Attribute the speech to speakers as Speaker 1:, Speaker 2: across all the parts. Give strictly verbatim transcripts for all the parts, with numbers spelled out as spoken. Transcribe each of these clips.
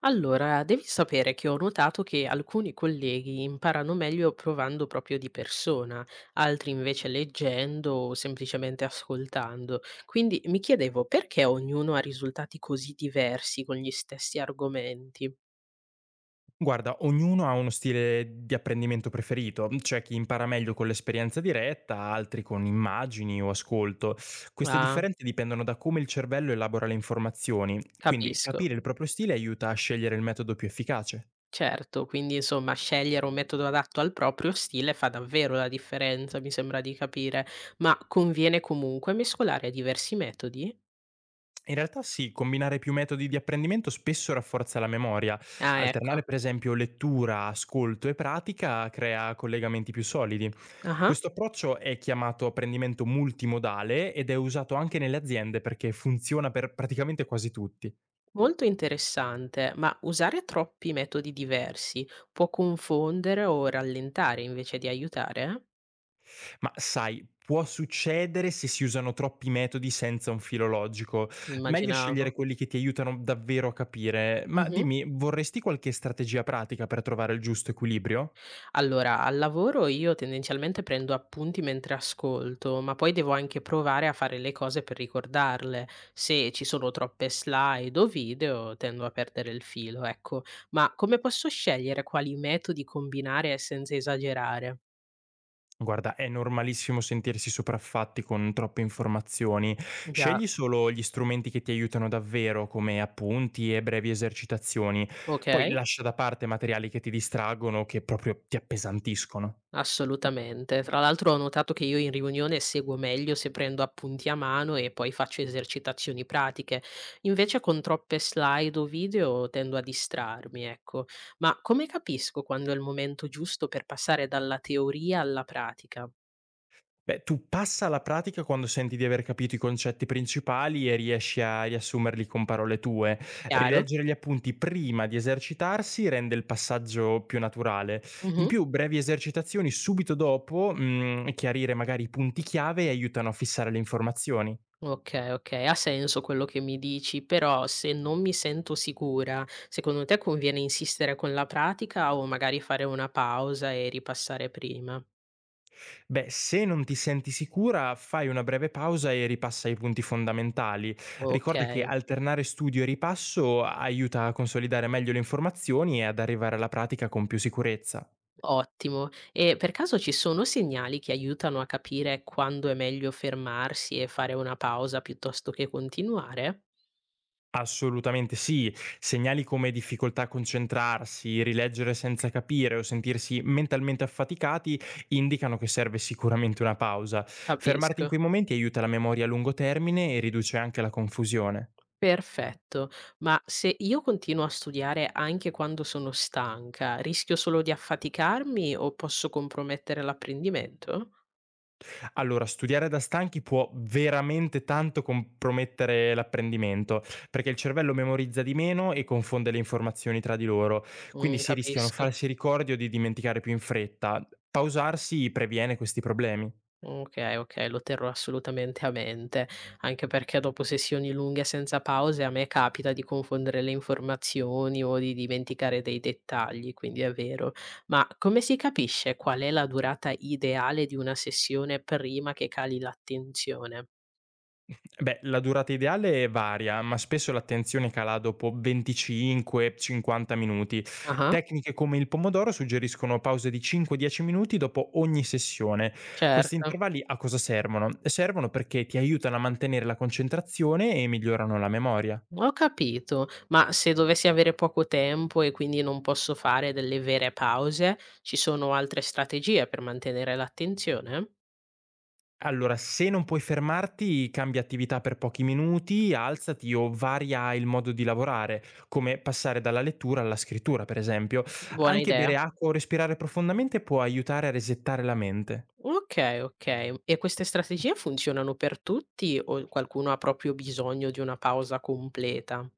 Speaker 1: Allora, devi sapere che ho notato che alcuni colleghi imparano meglio provando proprio di persona, altri invece leggendo o semplicemente ascoltando. Quindi mi chiedevo perché ognuno ha risultati così diversi con gli stessi argomenti.
Speaker 2: Guarda, ognuno ha uno stile di apprendimento preferito, c'è chi impara meglio con l'esperienza diretta, altri con immagini o ascolto. Queste
Speaker 1: Ah,
Speaker 2: differenze dipendono da come il cervello elabora le informazioni, quindi
Speaker 1: capisco.
Speaker 2: capire il proprio stile aiuta a scegliere il metodo più efficace.
Speaker 1: Certo, quindi insomma scegliere un metodo adatto al proprio stile fa davvero la differenza, mi sembra di capire, ma conviene comunque mescolare diversi metodi?
Speaker 2: In realtà sì, combinare più metodi di apprendimento spesso rafforza la memoria.
Speaker 1: Ah,
Speaker 2: Alternare
Speaker 1: ecco.
Speaker 2: per esempio lettura, ascolto e pratica crea collegamenti più solidi.
Speaker 1: Ah.
Speaker 2: Questo approccio è chiamato apprendimento multimodale ed è usato anche nelle aziende perché funziona per praticamente quasi tutti.
Speaker 1: Molto interessante, ma usare troppi metodi diversi può confondere o rallentare invece di aiutare?
Speaker 2: Ma sai, può succedere se si usano troppi metodi senza un filo logico. Meglio scegliere
Speaker 1: Immaginavo.
Speaker 2: quelli che ti aiutano davvero a capire. Ma
Speaker 1: Mhm.
Speaker 2: dimmi, vorresti qualche strategia pratica per trovare il giusto equilibrio?
Speaker 1: Allora, al lavoro io tendenzialmente prendo appunti mentre ascolto, ma poi devo anche provare a fare le cose per ricordarle. Se ci sono troppe slide o video, tendo a perdere il filo, ecco. Ma come posso scegliere quali metodi combinare senza esagerare?
Speaker 2: Guarda, è normalissimo sentirsi sopraffatti con troppe informazioni.
Speaker 1: Già,
Speaker 2: Scegli solo gli strumenti che ti aiutano davvero, come appunti e brevi esercitazioni. Poi
Speaker 1: ok.
Speaker 2: lascia da parte materiali che ti distraggono o che proprio ti appesantiscono.
Speaker 1: Assolutamente. Tra l'altro ho notato che io in riunione seguo meglio se prendo appunti a mano e poi faccio esercitazioni pratiche. Invece con troppe slide o video tendo a distrarmi, ecco. Ma come capisco quando è il momento giusto per passare dalla teoria alla pratica?
Speaker 2: Beh, tu passa alla pratica quando senti di aver capito i concetti principali e riesci a riassumerli con parole tue.
Speaker 1: Chiaro?
Speaker 2: Rileggere gli appunti prima di esercitarsi rende il passaggio più naturale. In
Speaker 1: Mhm.
Speaker 2: più, brevi esercitazioni subito dopo, mm, e chiarire magari i punti chiave aiutano a fissare le informazioni.
Speaker 1: Ok, ok, ha senso quello che mi dici, però se non mi sento sicura, secondo te conviene insistere con la pratica o magari fare una pausa e ripassare prima?
Speaker 2: Beh, se non ti senti sicura, fai una breve pausa e ripassa i punti fondamentali.
Speaker 1: Ok.
Speaker 2: Ricorda che alternare studio e ripasso aiuta a consolidare meglio le informazioni e ad arrivare alla pratica con più sicurezza.
Speaker 1: Ottimo. E per caso ci sono segnali che aiutano a capire quando è meglio fermarsi e fare una pausa piuttosto che continuare?
Speaker 2: Assolutamente sì, segnali come difficoltà a concentrarsi, rileggere senza capire o sentirsi mentalmente affaticati indicano che serve sicuramente una pausa. Fermarti in
Speaker 1: Capisco.
Speaker 2: quei momenti aiuta la memoria a lungo termine e riduce anche la confusione.
Speaker 1: Perfetto. Ma se io continuo a studiare anche quando sono stanca, rischio solo di affaticarmi o posso compromettere l'apprendimento?
Speaker 2: Allora, studiare da stanchi può veramente tanto compromettere l'apprendimento, perché il cervello memorizza di meno e confonde le informazioni tra di loro, quindi
Speaker 1: Mm,
Speaker 2: si rischiano
Speaker 1: capisco.
Speaker 2: falsi ricordi o di dimenticare più in fretta. Pausarsi previene questi problemi.
Speaker 1: Okay, okay, lo terrò assolutamente a mente, anche perché dopo sessioni lunghe senza pause a me capita di confondere le informazioni o di dimenticare dei dettagli, quindi è vero. Ma come si capisce qual è la durata ideale di una sessione prima che cali l'attenzione?
Speaker 2: Beh, la durata ideale varia, ma spesso l'attenzione cala dopo venticinque cinquanta minuti.
Speaker 1: Ah-ah,
Speaker 2: Tecniche come il pomodoro suggeriscono pause di da cinque a dieci minuti dopo ogni sessione. Questi
Speaker 1: certo.
Speaker 2: intervalli a cosa servono? Servono perché ti aiutano a mantenere la concentrazione e migliorano la memoria.
Speaker 1: Ho capito, ma se dovessi avere poco tempo e quindi non posso fare delle vere pause, ci sono altre strategie per mantenere l'attenzione?
Speaker 2: Allora, se non puoi fermarti, cambia attività per pochi minuti, alzati o varia il modo di lavorare, come passare dalla lettura alla scrittura, per esempio.
Speaker 1: Buona
Speaker 2: Anche
Speaker 1: idea.
Speaker 2: bere acqua o respirare profondamente può aiutare a resettare la mente.
Speaker 1: Okay, okay. E queste strategie funzionano per tutti o qualcuno ha proprio bisogno di una pausa completa?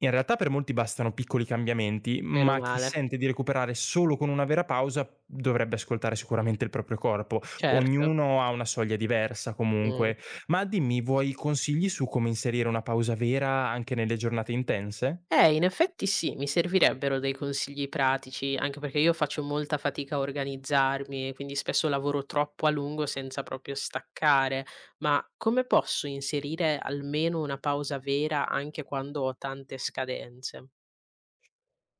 Speaker 2: In realtà per molti bastano piccoli cambiamenti,
Speaker 1: Meno
Speaker 2: ma chi
Speaker 1: male.
Speaker 2: sente di recuperare solo con una vera pausa dovrebbe ascoltare sicuramente il proprio corpo.
Speaker 1: Certo.
Speaker 2: Ognuno ha una soglia diversa
Speaker 1: Mh.
Speaker 2: comunque. Ma dimmi, vuoi consigli su come inserire una pausa vera anche nelle giornate intense?
Speaker 1: Eh, in effetti sì, mi servirebbero dei consigli pratici, anche perché io faccio molta fatica a organizzarmi e quindi spesso lavoro troppo a lungo senza proprio staccare. Ma come posso inserire almeno una pausa vera anche quando ho tante scadenze?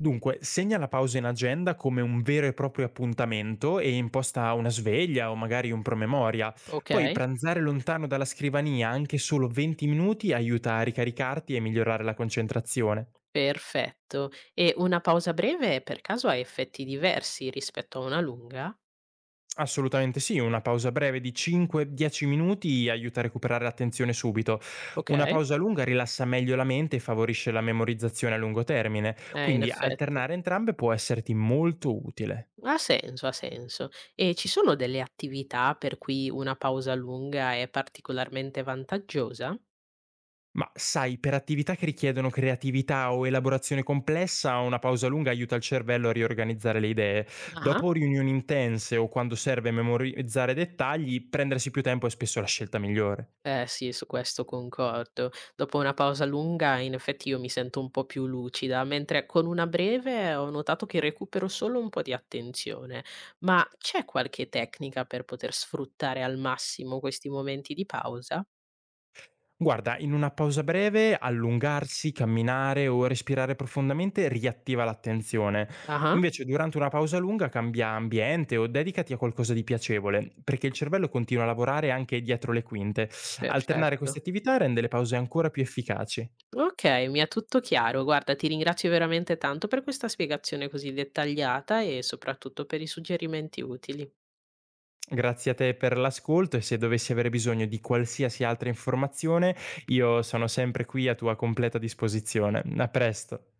Speaker 2: Dunque, segna la pausa in agenda come un vero e proprio appuntamento e imposta una sveglia o magari un promemoria. Poi
Speaker 1: Okay.
Speaker 2: pranzare lontano dalla scrivania anche solo venti minuti aiuta a ricaricarti e migliorare la concentrazione.
Speaker 1: Perfetto. E una pausa breve per caso ha effetti diversi rispetto a una lunga?
Speaker 2: Assolutamente sì, una pausa breve di cinque dieci minuti aiuta a recuperare l'attenzione subito. Una
Speaker 1: Okay,
Speaker 2: pausa lunga rilassa meglio la mente e favorisce la memorizzazione a lungo termine,
Speaker 1: eh, in
Speaker 2: quindi
Speaker 1: effetti.
Speaker 2: alternare entrambe può esserti molto utile.
Speaker 1: Ha senso, ha senso. E ci sono delle attività per cui una pausa lunga è particolarmente vantaggiosa?
Speaker 2: Ma sai, per attività che richiedono creatività o elaborazione complessa, una pausa lunga aiuta il cervello a riorganizzare le idee.
Speaker 1: Ah-ah.
Speaker 2: Dopo riunioni intense o quando serve memorizzare dettagli, prendersi più tempo è spesso la scelta migliore.
Speaker 1: Eh sì, su questo concordo. Dopo una pausa lunga, in effetti io mi sento un po' più lucida, mentre con una breve ho notato che recupero solo un po' di attenzione. Ma c'è qualche tecnica per poter sfruttare al massimo questi momenti di pausa?
Speaker 2: Guarda, in una pausa breve, allungarsi, camminare o respirare profondamente riattiva l'attenzione.
Speaker 1: Ah,
Speaker 2: Invece, durante una pausa lunga cambia ambiente o dedicati a qualcosa di piacevole, perché il cervello continua a lavorare anche dietro le quinte. Alternare queste
Speaker 1: perfetto.
Speaker 2: attività rende le pause ancora più efficaci.
Speaker 1: Ok, mi è tutto chiaro. Guarda, ti ringrazio veramente tanto per questa spiegazione così dettagliata e soprattutto per i suggerimenti utili.
Speaker 2: Grazie a te per l'ascolto e se dovessi avere bisogno di qualsiasi altra informazione, io sono sempre qui a tua completa disposizione. A presto.